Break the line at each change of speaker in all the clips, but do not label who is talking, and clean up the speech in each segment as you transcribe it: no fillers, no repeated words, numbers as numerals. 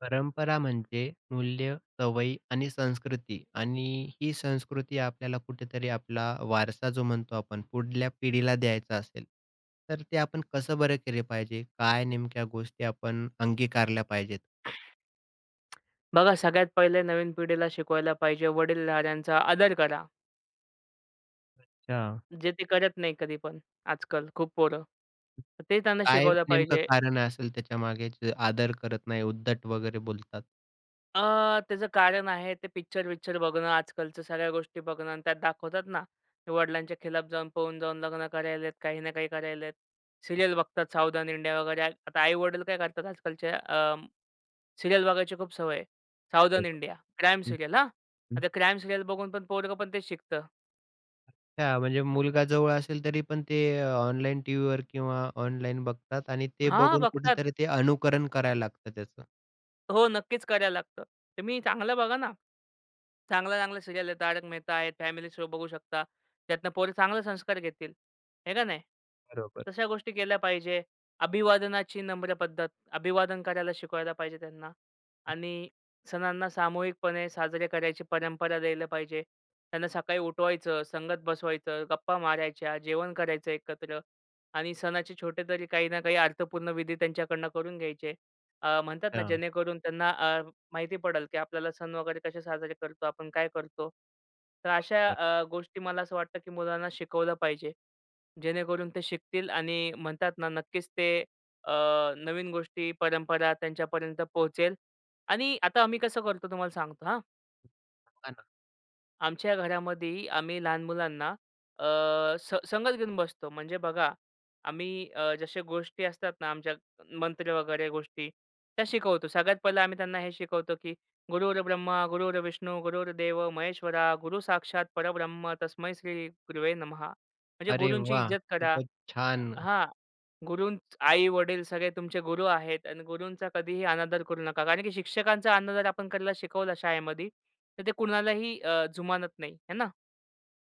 परंपरा म्हणजे मूल्य, सवयी आणि संस्कृती आणि ही संस्कृती आपल्याला कुठेतरी आपला वारसा जो म्हणतो आपण पुढल्या पिढीला द्यायचा असेल, तर ते आपण कसं बरं केले पाहिजे? काय नेमक्या गोष्टी आपण अंगीकारल्या पाहिजेत?
बघा, सगळ्यात पहिले नवीन पिढीला शिकवायला पाहिजे वडीलधाऱ्यांचा आदर करा.
अच्छा.
जे ते करत नाही कधी पण आजकाल खूप पोरं. तर ते त्यांना
काय
शिकवलं
नेमकं
पाहिजे.
कारण असेल त्याच्यामागे जे आदर करत नाही, उद्धट वगैरे बोलतात?
अ, त्याचं कारण आहे ते पिक्चर-विक्चर बघणं, आजकालच्या सगळ्या गोष्टी बघणं आणि त्यात दाखवतात ना, ते वडिलांच्या खिलाफ जाऊन पळून जाऊन लग्न करायलेत, काही ना काही करायलेत. सीरियल बघतात सावधान इंडिया वगैरे. आता आई-वडील काय करतात आजकालच्या बघायची खूप सवय आहे. सावधान
बरोबर.
इंडिया, क्राईम
हं,
सीरियल हां.
हं.
आता क्राईम सीरियल बघून पण पोरगं पण तेच शिकतं.
हां, म्हणजे मुलगा जवळ असेल तरी पण ते ऑनलाईन टीव्हीवर किंवा ऑनलाईन बघतात आणि ते
हां,
बघून
बघतात.
कुठेतरी ते अनुकरण करायला लागतं त्याचं.
हो, नक्कीच करायला लागतं. तुम्ही चांगलं बघा ना. चांगल्या-चांगल्या सीरियल आहेत. तारक मेहता आहेत, फॅमिली शो बघू शकता. त्यातनं पोरं चांगले संस्कार घेतील. हे का नाही?
बरोबर.
तशा गोष्टी केल्या पाहिजे. अभिवादनाची नम्र पद्धत, अभिवादन करायला शिकवायला पाहिजे त्यांना आणि सणांना सामूहिकपणे साजरे करायची परंपरा द्यायला पाहिजे. त्यांना सकाळी उठवायचं, संगत बसवायचं, गप्पा मारायच्या, जेवण करायचं एकत्र आणि सणाचे छोटे तरी काही ना काही अर्थपूर्ण विधी त्यांच्याकडनं करून घ्यायचे. म्हणतात ना,
अच्छा.
जेणेकरून त्यांना माहिती पडेल, की आपल्याला सण वगैरे कसे साजरे करतो, आपण काय करतो. तर अशा
बरोबर.
गोष्टी मला असं वाटतं, की मुलांना शिकवलं पाहिजे. जेणेकरून ते शिकतील आणि म्हणतात ना, नक्कीच ते अ, नवीन गोष्टी, परंपरा त्यांच्यापर्यंत पोहोचेल. आणि आता आम्ही कसं करतो तुम्हाला सांगतो हां.
बघा ना.
आमच्या घरामध्येही आम्ही लहान मुलांना अ, संगत घेऊन बसतो. म्हणजे बघा, आम्ही जशा गोष्टी असतात ना, आमच्या मंत्र वगैरे गोष्टी त्या शिकवतो. सगळ्यात पहिलं आम्ही त्यांना हे शिकवतो, की गुरुर् ब्रह्मा, गुरुर्विष्णू, गुरुर्देव महेश्वरा, गुरु साक्षात परब्रह्म, तस्मै श्री गुरुवे नमः. म्हणजे
अरे
गुरूंची
वाह!
इज्जत करा.
खूपच छान.
हां. गुरूं आई-वडील सगळे तुमचे गुरु आहेत आणि गुरुंचा कधीही अनादर करू नका. कारण की शिक्षकांचा अनादर आपण करायला शिकवला शाळेमध्ये, तर ते कुणालाही जुमानत नाही, आहे ना?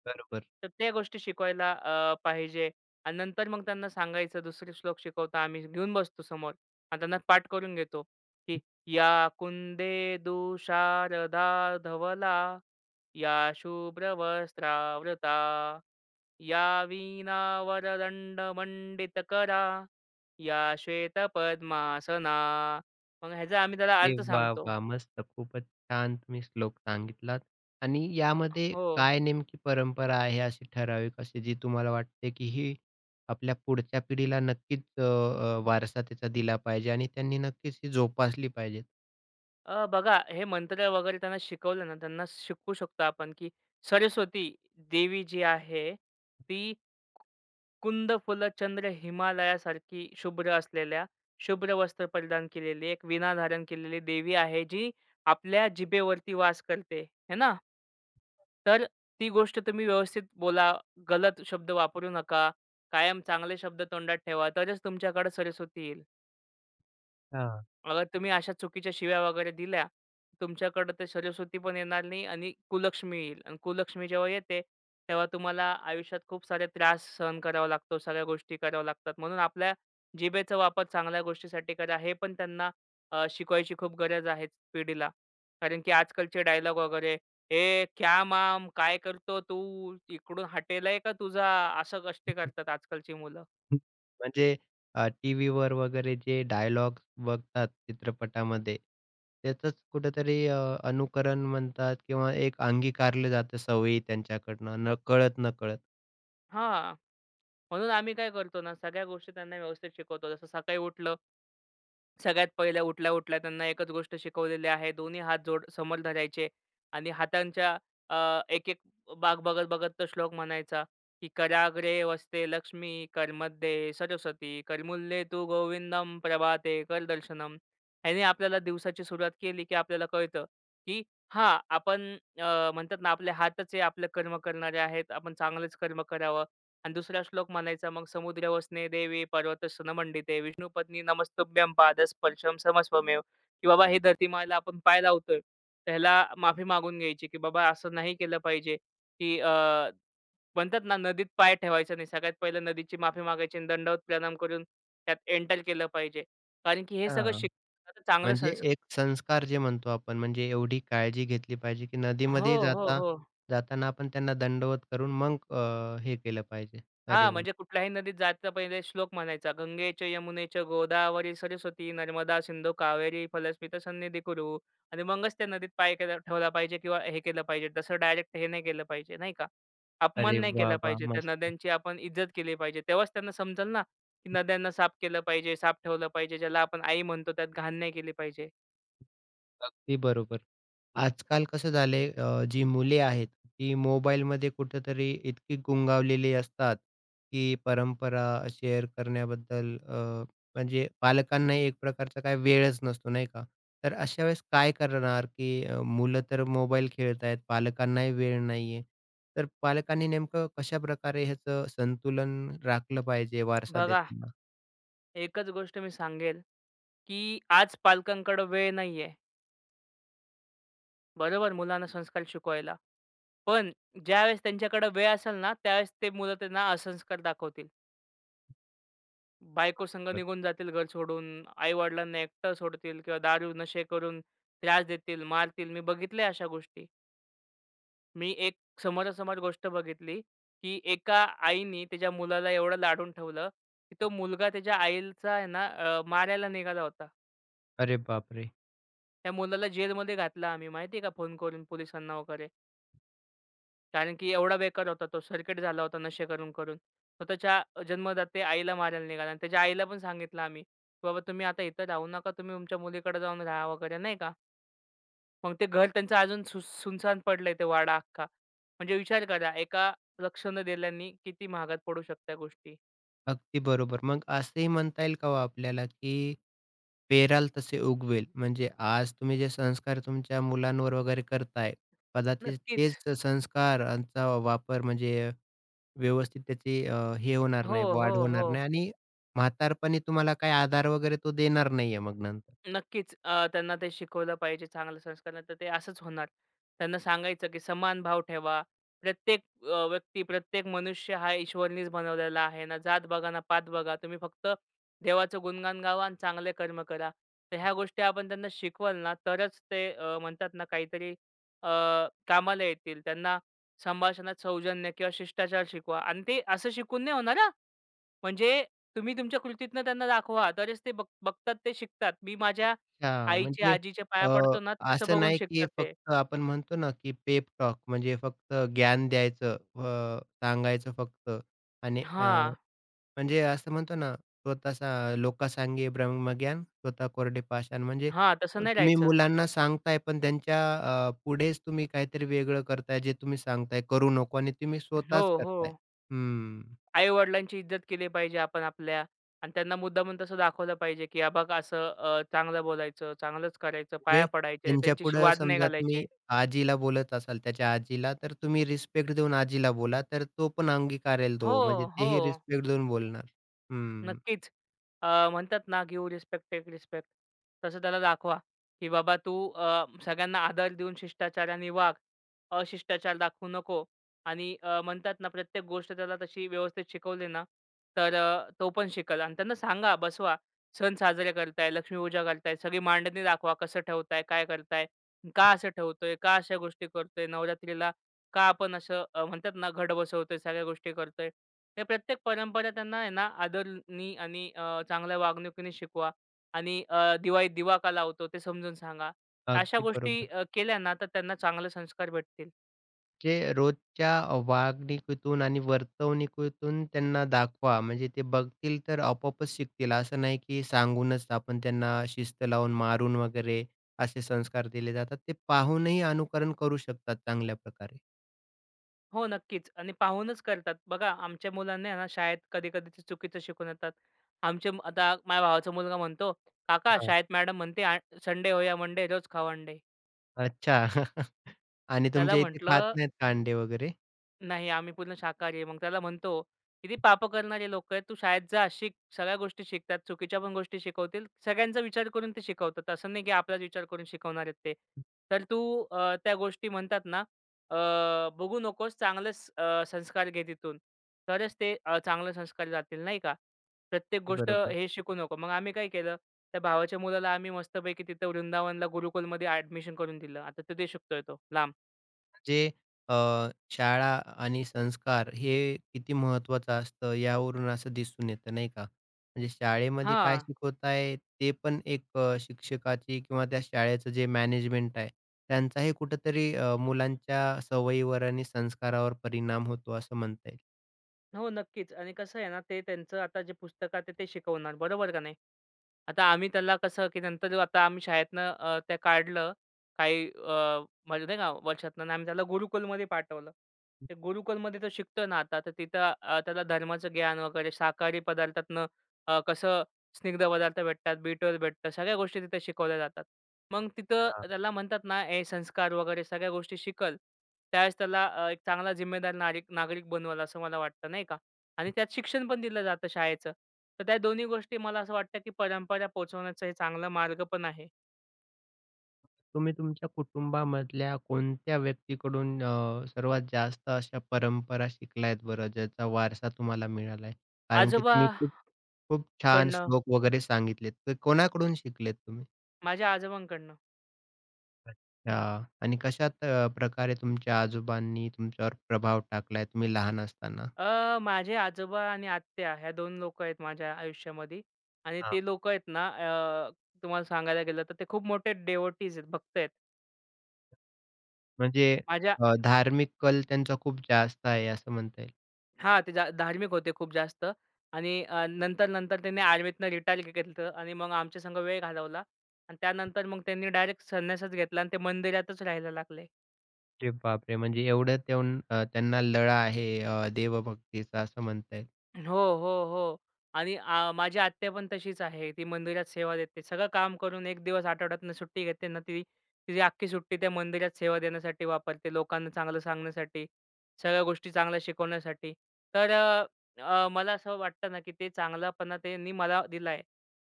बरोबर.
तर त्या गोष्टी शिकवायला पाहिजे आणि नंतर मग त्यांना सांगायचं, दुसरे श्लोक शिकवता आम्ही घेऊन बसतो समोर आणि त्यांना पाठ करून घेतो, की "या कुंदेदु शारदा धवला, या शुभ्र वस्त्रावृता, या वीणा वरदंड मंडितकरा." या श्वेतपद्मासना. मग ह्याचा आम्ही त्याला
अरे
अर्थ
वाह,
सांगतो.
वाह! मस्त. खूपच छान तुम्ही श्लोक सांगितलात आणि यामध्ये
हो.
काय नेमकी परंपरा आहे अशी ठराविक अशी जी तुम्हाला वाटते, की ही आपल्या पुढच्या पिढीला नक्कीच अ, अ, वारसा त्याचा दिला पाहिजे आणि त्यांनी नक्कीच ही जोपासली पाहिजे?
बघा हे मंत्र वगैरे त्यांना शिकवलं ना, त्यांना शिकवू शकतो आपण, की सरस्वती देवी जी आहे, ती कुंद फुल चंद्र हिमालयासारखी शुभ्र असलेल्या, शुभ्र वस्त्र परिधान केलेली, एक वीणा धारण केलेली देवी आहे, जी आपल्या जिभेवरती वास करते, है ना? तर ती गोष्ट तुम्ही व्यवस्थित बोला. गलत शब्द वापरू नका. कायम चांगले शब्द तोंडात ठेवा, तरच तुमच्याकडे सरस्वती येईल.
हां.
अगर तुम्ही अशा चुकीच्या शिव्या वगैरे दिल्या, तुमच्याकडे ते सरस्वती पण येणार नाही आणि कुलक्ष्मी येईल आणि कुलक्ष्मी जेव्हा येते, तेव्हा तुम्हाला आयुष्यात खूप सारे त्रास सहन करावा लागतो, सगळ्या गोष्टी कराव्या लागतात. म्हणून आपल्या जिभेचा वापर चांगल्या गोष्टीसाठी करा, हे पण त्यांना शिकवायची खूप गरज आहे पिढीला. कारण की आजकालचे डायलॉग वगैरे, "ए क्या मॅम, काय करतो तू? इकडून हटेला का तुझा?" असं कष्टी करतात आजकालची मुलं.
हं. म्हणजे टीव्हीवर वगैरे जे डायलॉग्स बघतात चित्रपटामध्ये, त्याचंच कुठेतरी अनुकरण म्हणतात किंवा एक अंगीकारलं जातं सवयी त्यांच्याकडनं नकळत-नकळत.
हां. म्हणून आम्ही काय करतो ना, सगळ्या गोष्टी त्यांना व्यवस्थित शिकवतो. जसं सकाळी उठलं, सगळ्यात पहिल्या उठल्या-उठल्या त्यांना एकच गोष्ट शिकवलेली आहे. दोन्ही हात जोड समोर धरायचे आणि हातांच्या अ, एक-एक बाक बघत-बघत तो श्लोक म्हणायचा, की कराग्रे वसते लक्ष्मी, करमध्ये सरस्वती, करमुल्ये तू गोविंदम, प्रभाते कर दर्शनम. ह्याने आपल्याला दिवसाची सुरुवात केली, की आपल्याला कळतं, की हां, आपण म्हणतात ना, आपले हातच हे आपलं कर्म करणारे आहेत. आपण चांगलेच कर्म करावं. आणि दुसरा श्लोक म्हणायचा मग "समुद्र वसने देवी पर्वत सन मंडिते विष्णू पत्नी नमस्तुभ्यं पादस्पर्शम समस्वमेव." की बाबा हे धरती मायला आपण पाय लावतोय, तर माफी मागून घ्यायची, की बाबा असं नाही केलं पाहिजे, की म्हणतात ना नदीत पाय ठेवायचा नाही. सगळ्यात पहिलं नदीची माफी मागायची आणि दंडवत प्रणाम करून त्यात एंटर केलं पाहिजे. कारण की हे सगळं
हां.
चांगलं
म्हणजे
संस्क
एक संस्कार जे म्हणतो आपण, म्हणजे एवढी काळजी घेतली पाहिजे, की
हो,
नदीमध्ये
हो,
जाता
हो.
जाताना आपण त्यांना दंडवत करून मग हे केलं पाहिजे. अरे
हां,
वाह!
म्हणजे कुठल्याही नदीत जायचा पहिले श्लोक म्हणायचा. "गंगेच यमुनेच गोदावरी सरस्वती नर्मदा सिंधू कावेरी फलस्मिता सन्निधी कुरु." आणि मगच त्या नदीत पाय केला ठेवला पाहिजे किंवा हे केलं पाहिजे. तसं डायरेक्ट हे नाही केलं पाहिजे, नाही का? अपमान
अरे
नाही
वाह,
केला
वाह!
पाहिजे. त्या
मस्त.
नद्यांची आपण इज्जत केली पाहिजे. तेव्हाच त्यांना समजेल ना, की नद्यांना साफ केलं पाहिजे, साफ ठेवलं पाहिजे. ज्याला आपण आई म्हणतो त्यात घाण नाही केली पाहिजे.
अगदी बरोबर. आजकाल कसं झालंय जी मुले आहेत ती मोबाईलमध्ये कुठेतरी इतकी गुंगावलेली असतात की परंपरा शेअर करण्याबद्दल म्हणजे पालकांना एक प्रकारचा काय वेळच नसतो नाही का? तर अशा वेळेस काय करणार की मुलं तर मोबाईल खेळत आहेत, पालकांनाही वेळ नाहीये. तर पालकांनी नेमकं कशाप्रकारे ह्याचं संतुलन राखलं पाहिजे वारसा
बघा,
देताना?
एकच गोष्ट मी सांगेल, की आज पालकांकडे वेळ नाहीये, बरोबर? मुलांना संस्कार शिकवायला. पण ज्यावेळेस त्यांच्याकडे वेळ असेल ना, त्यावेळेस ते मुलं त्यांना असंस्कार दाखवतील. बायकोसंग
बरोबर.
निघून जातील घर सोडून, आई-वडिलांना एकटं सोडतील किंवा दारू, नशे करून त्रास देतील, मारतील. मी बघितलंय अशा गोष्टी. मी एक समोरासमोर गोष्ट बघितली, की एका आईनी तिच्या मुलाला एवढं लाडून ठेवलं, की तो मुलगा त्याच्या आईचा आहे ना मारायला निघाला होता.
अरे बापरे!
त्या मुलाला जेलमध्ये घातलं आम्ही माहिती आहे का, फोन करून पोलिसांना वगैरे. कारण की एवढा बेकार होता तो, सर्किट झाला होता नशे करून-करून. स्वतःच्या जन्मदाते आईला मारायला निघाला आणि त्याच्या आईला पण सांगितलं आम्ही, "बाबा तुम्ही आता इथं राहू नका, तुम्ही तुमच्या मुलीकडे जाऊन राहा" वगैरे नाही का. मग ते घर त्यांचं अजून सुनसान पडलंय ते वाडा अख्खा. म्हणजे विचार करा एका लक्ष न दिल्याने किती महागात पडू शकत्या गोष्टी.
अगदी बरोबर. मग असंही म्हणता येईल का हो आपल्याला की पेराल तसे उगवेल. म्हणजे आज तुम्ही जे संस्कार तुमच्या मुलांवर वगैरे करताय, कदाचित
नक्कीच.
तेच संस्कार यांचा वापर म्हणजे व्यवस्थित त्याची हे होणार
हो,
नाही,
हो,
वाढ होणार
हो.
नाही आणि म्हातारपणी तुम्हाला काही आधार वगैरे तो देणार नाहीये मग नंतर.
नक्कीच त्यांना ते शिकवलं पाहिजे चांगलं संस्कार नाही तर ते असंच होणार. त्यांना सांगायचं की समान भाव ठेवा. प्रत्येक व्यक्ती, प्रत्येक मनुष्य हा ईश्वरनीच बनवलेला आहे. ना जात बघा, ना पात बघा. तुम्ही फक्त देवाचं गुणगान गावा आणि चांगले कर्म करा. तर ह्या गोष्टी आपण त्यांना शिकवल ना, तरच ते म्हणतात ना काहीतरी अ, कामाला येतील. त्यांना संभाषणात सौजन्य किंवा शिष्टाचार शिकवा आणि ते असं शिकून नाही होणार म्हणजे तुम्ही तुमच्या कृतीतनं त्यांना दाखवा. तरच ते बघतात, ते शिकतात. मी माझ्या
अच्छा,
आईच्या,
म्हणजे
आजीच्या पाया
अ,
पडतो ना, तसं
असं
बघून
नाही की
शिकतात ते.
फक्त आपण म्हणतो ना, की पेप टॉक म्हणजे फक्त ज्ञान द्यायचं, सांगायचं फक्त आणि
हां,
म्हणजे असं म्हणतो ना, स्वतः "लोका सांगे ब्रह्मज्ञान, स्वतः कोरडे पाषाण." म्हणजे
हां. तसं नाही
तुम्ही
राहायचं.
मुलांना सांगताय, पण त्यांच्या पुढेच तुम्ही काहीतरी वेगळं करताय, जे तुम्ही सांगताय करू नको आणि तुम्ही
हो,
स्वतःच
हो.
करताय. हम्म.
आई-वडिलांची इज्जत केली पाहिजे आपण आपल्या आणि त्यांना मुद्दामून तसं दाखवलं पाहिजे, की "हा बघ असं चांगलं बोलायचं, चांगलंच करायचं, पाया
म्हणजे
पडायचे, त्यांच्याशी
त्यांच्यापुढं
वाद नाही
समजा तुम्ही
घालायचे."
आजीला बोलत असाल, त्याच्या आजीला, तर तुम्ही रिस्पेक्ट देऊन आजीला बोला, तर तो पण अंगीकारेल
हो,
तो. म्हणजे
हो.
तेही रिस्पेक्ट देऊन बोलणार. हम्म.
नक्कीच. म्हणतात ना, गिव्ह रिस्पेक्ट, टेक रिस्पेक्ट. तसं त्याला दाखवा, की बाबा तू सगळ्यांना आदर देऊन शिष्टाचाराने वाग. अशिष्टाचार दाखवू नको आणि म्हणतात ना, प्रत्येक गोष्ट त्याला तशी व्यवस्थित शिकवली ना, तर तो पण शिकेल आणि त्यांना सांगा, बसवा. सण साजरे करताय, लक्ष्मीपूजा करताय, सगळी मांडणी दाखवा. कसं ठेवताय, काय करताय, का असं ठेवतोय, का अशा गोष्टी करतोय. नवरात्रीला का आपण असं म्हणतात ना घट बसवतोय, सगळ्या गोष्टी करतोय. त्या प्रत्येक परंपरा त्यांना आहे ना आदराने आणि चांगल्या वागणुकीने शिकवा आणि दिवाळीत दिवा का लावतो ते समजून सांगा. अशा
अगदी
गोष्टी
बरोबर.
केल्या ना तर त्यांना चांगले संस्कार भेटतील.
जे रोजच्या वागणुकीतून आणि वर्तवणुकीतून त्यांना दाखवा. म्हणजे ते बघतील तर आपोआपच शिकतील. असं नाही की सांगूनच आपण त्यांना शिस्त लावून मारून वगैरे असे संस्कार दिले जातात. ते पाहूनही अनुकरण करू शकतात चांगल्या प्रकारे.
हो, नक्कीच आणि पाहूनच करतात. बघा आमच्या मुलांना आहे ना शाळेत कधी-कधी ते चुकीचं शिकून येतात. आमच्या आता माझ्या भावाचा मुलगा म्हणतो, "काका
हां.
शाळेत मॅडम म्हणते संडे होया मंडे रोज खाओ अंडे."
अच्छा. आणि
त्याला
तुमच्या इथे खात
म्हटलं
नाहीत का अंडे वगैरे?
नाही, आम्ही पूर्ण शाकाहारी आहे. मग त्याला म्हणतो, "किती पापं करणारे लोकं आहेत. तू शाळेत जा, शिक. सगळ्या गोष्टी शिकतात. चुकीच्या पण गोष्टी शिकवतील. सगळ्यांचा विचार करून ते शिकवतात. असं नाही की आपलाच विचार करून शिकवणार आहेत ते. तर तू त्या गोष्टी म्हणतात ना, अ, बघू नकोस. चांगलेच संस्कार घे तिथून. तरच ते चांगले संस्कार जातील, नाही का? प्रत्येक
की
गोष्ट
बरोबर?
हे शिकू नको." मग आम्ही काय केलं, त्या भावाच्या मुलाला आम्ही मस्तपैकी तिथं वृंदावनला गुरुकुलमध्ये ॲडमिशन करून दिलं. आता तो ते शिकतोय तो, लांब.
जे अ, शाळा आणि संस्कार हे किती महत्त्वाचं असतं यावरून असं दिसून येतं नाही का? म्हणजे शाळेमध्ये काय
हां.
शिकवत आहे ते पण एक शिक्षकाची किंवा त्या शाळेचं जे मॅनेजमेंट आहे त्यांचाही कुठेतरी मुलांच्या सवयीवर आणि संस्कारावर परिणाम होतो असं म्हणता येईल.
हो, नक्कीच आणि कसं आहे ना, ते त्यांचं आता जे पुस्तकात आहे ते शिकवणार, बरोबर का नाही? आता आम्ही त्याला कसं, की नंतर जेव्हा आता आम्ही शाळेतनं ते काढलं. काही म्हणजे नाही का वर्षातनं आणि आम्ही त्याला गुरुकुलमध्ये पाठवलं. ते गुरुकुलमध्ये तो शिकतो ना आता, तर तिथं त्याला धर्माचं ज्ञान वगैरे शाकाहारी पदार्थातनं कसं स्निग्ध पदार्थ भेटतात, बीटवर भेटतं, सगळ्या गोष्टी तिथे शिकवल्या जातात. मग तिथं
अच्छा.
त्याला म्हणतात ना, हे संस्कार वगैरे सगळ्या गोष्टी शिकल. त्यावेळेस त्याला एक चांगला जिम्मेदार नागरिक नागरिक बनवल असं मला वाटतं, नाही का? आणि त्यात शिक्षण पण दिलं जातं शाळेचं. तर त्या दोन्ही गोष्टी मला असं वाटतं, की परंपरा पोहोचवण्याचा हे चांगला मार्ग पण आहे.
तुम्ही तुमच्या कुटुंबामधल्या कोणत्या व्यक्तीकडून सर्वात जास्त अशा परंपरा शिकल्यात बरं ज्याचा वारसा तुम्हाला मिळाला कारण की तुम्ही
आजोबाकडनं,
खूप खूप छान श्लोक वगैरे सांगितलेत. तर कोणाकडून शिकलेत तुम्ही?
माझ्या आजोबांकडनं.
अच्छा आणि कशात प्रकारे तुमच्या आजोबांनी तुमच्यावर प्रभाव टाकलाय तुम्ही लहान असताना?
माझे आजोबा आणि आत्या ह्या 2 लोक आहेत माझ्या आयुष्यामध्ये आणि
हां.
ते लोकं आहेत ना तुम्हाला सांगायला गेलं तर ते खूप मोठे डेव्होटीज आहेत, भक्त आहेत.
म्हणजे
माझ्या
धार्मिक कल त्यांचा खूप जास्त आहे असं म्हणता येईल.
हां, ते जा धार्मिक होते खूप जास्त आणि नंतर-नंतर त्यांनी आर्मीतनं रिटायर घेतलं आणि मग आमच्या संग वेळ घालवला आणि त्यानंतर मग त्यांनी डायरेक्ट संन्यासच घेतला आणि ते मंदिरातच राहायला लागले.
अरे बापरे! म्हणजे एवढं त्याहून त्यांना लळा आहे देवभक्तीचा असं म्हणता येईल.
हो, हो, हो. आणि माझी आत्या पण तशीच आहे. ती मंदिरात सेवा देते. सगळं काम करून 1 दिवस आठवड्यातून सुट्टी घेते ना, ती तिची अख्खी सुट्टी त्या मंदिरात सेवा देण्यासाठी वापरते. लोकांना चांगलं सांगण्यासाठी, सगळ्या गोष्टी चांगल्या शिकवण्यासाठी. तर अ, अ, मला असं वाटतं ना, की ते चांगलापणा त्यांनी मला दिलाय.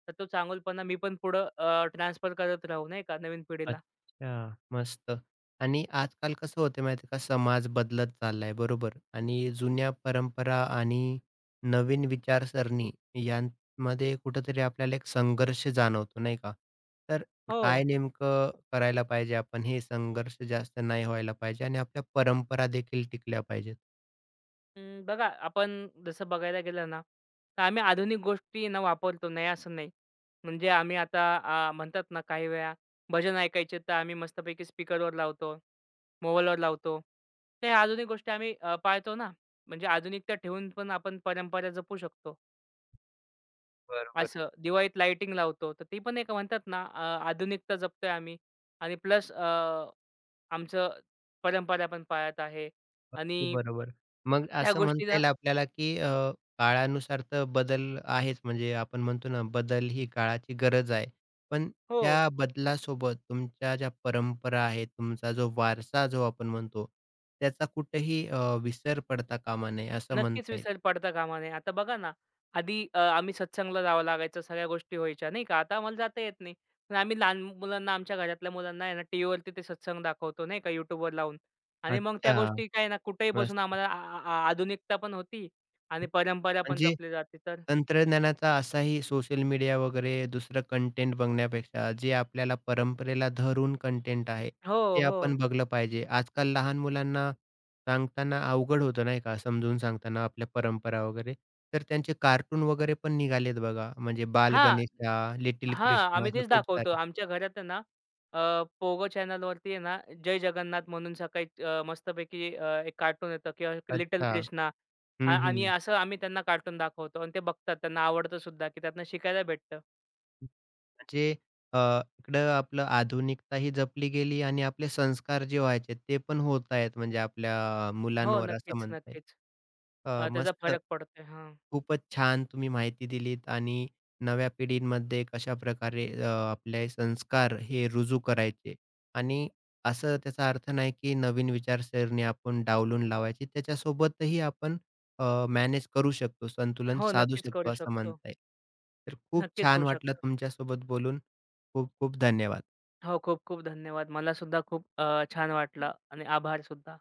तर तो चांगुलपणा मी पण पुढं ट्रान्सफर करत राहू, नाही का, नवीन पिढीला.
अच्छा, मस्त. आणि आजकाल कसं होतं माहिती का, समाज बदलत चाललाय बरोबर आणि जुन्या परंपरा आणि नवीन विचारसरणी यांमध्ये कुठेतरी आपल्याला एक संघर्ष जाणवतो नाही का? तर काय
हो.
नेमकं करायला पाहिजे आपण? हे संघर्ष जास्त नाही व्हायला पाहिजे आणि आपल्या परंपरा देखील टिकल्या पाहिजेत.
अं, बघा आपण जसं बघायला गेलं ना, तर आम्ही आधुनिक गोष्टी ना वापरतो, नाही असं नाही. म्हणजे आम्ही आता म्हणतात ना काही वेळा भजन ऐकायचे तर आम्ही मस्तपैकी स्पीकरवर लावतो, मोबाईलवर लावतो. तर ह्या आधुनिक गोष्टी आम्ही पाळतो ना. म्हणजे आधुनिकता ठेवून पण आपण परंपरा जपू शकतो.
बरोबर.
असं दिवाळीत लाइटिंग लावतो, तर ती पण एक म्हणतात ना आधुनिकता जपतोय आम्ही आणि प्लस आमचं परंपरा पण पाळत आहे
अगदी
आणि
बरोबर. मग
त्या
असं म्हणता
गोष्टीला
येईल आपल्याला, की काळानुसार तर बदल आहेच. म्हणजे आपण म्हणतो ना, बदल ही काळाची गरज आहे. पण
हो.
त्या बदलासोबत तुमच्या ज्या परंपरा आहेत, तुमचा जो वारसा जो आपण म्हणतो, त्याचा कुठेही विसर पडता कामा नये असं
नक्कीच
म्हणता येईल.
विसर पडता कामा नये. आता बघा ना, आधी आम्ही सत्संगला जावं लागायचं, सगळ्या गोष्टी व्हायच्या नाही का. आता आम्हाला जाता येत नाही. पण आम्ही लहान मुलांना, आमच्या घरातल्या मुलांना आहे ना, टीव्हीवरती ते सत्संग दाखवतो नाही का, YouTubeवर लावून आणि मग त्या
अच्छा,
गोष्टी काय ना, कुठेही
मस्त.
बसून आम्हाला आ आ आ- आधुनिकता पण होती आणि परंपरा पण
म्हणजे
जपली जाते तर.
तंत्रज्ञानाचा असाही सोशल मीडिया वगैरे दुसरं कंटेंट बघण्यापेक्षा जे आपल्याला परंपरेला धरून कंटेंट आहे,
हो,
ते
हो.
आपण बघलं पाहिजे. आजकाल लहान मुलांना सांगताना अवघड होतं नाही का, समजून सांगताना आपल्या परंपरा वगैरे. तर त्यांचे कार्टून वगैरे पण निघालेत बघा, म्हणजे बाल
हां.
गणेशा, लिटिल
हां,
कृष्णा
आम्ही
अशा
तेच
खूप
दाखवतो.
सारे.
आमच्या घरात आहे ना, पोगो चॅनल वरती आहे ना, जय जगन्नाथ म्हणून सकाळी मस्तपैकी एक कार्टून येतं किंवा लिटल
अच्छा.
कृष्णा
हं,
आणि
हं.
असं आम्ही त्यांना कार्टून दाखवतो आणि ते बघतात. त्यांना आवडतं सुद्धा, की त्यातनं शिकायला भेटतं.
म्हणजे अ, इकडं आपलं आधुनिकता ही जपली गेली आणि आपले संस्कार जे व्हायचे ते पण होत आहेत म्हणजे आपल्या
हो,
मुलांवर असं
नक्कीच,
म्हणता येईल.
नक्कीच. त्याचा
मस्त.
फरक पडतोय. हां.
खूपच छान तुम्ही माहिती दिलीत आणि नव्या पिढींमध्ये कशाप्रकारे आपले संस्कार हे रुजू करायचे आणि असं त्याचा अर्थ नाही की नवीन विचारसरणी आपण डावलून लावायची. त्याच्यासोबतही आपण मॅनेज करू शकतो, संतुलन
हो,
साधू
नक्कीच करू
शकतो असं
शकतो.
म्हणता येईल. तर खूप
नक्कीच
छान
होऊ
वाटलं
शकतं.
तुमच्यासोबत बोलून. खूप खूप धन्यवाद.
हो, खूप-खूप धन्यवाद. मला सुद्धा खूप छान वाटलं आणि आभार सुद्धा.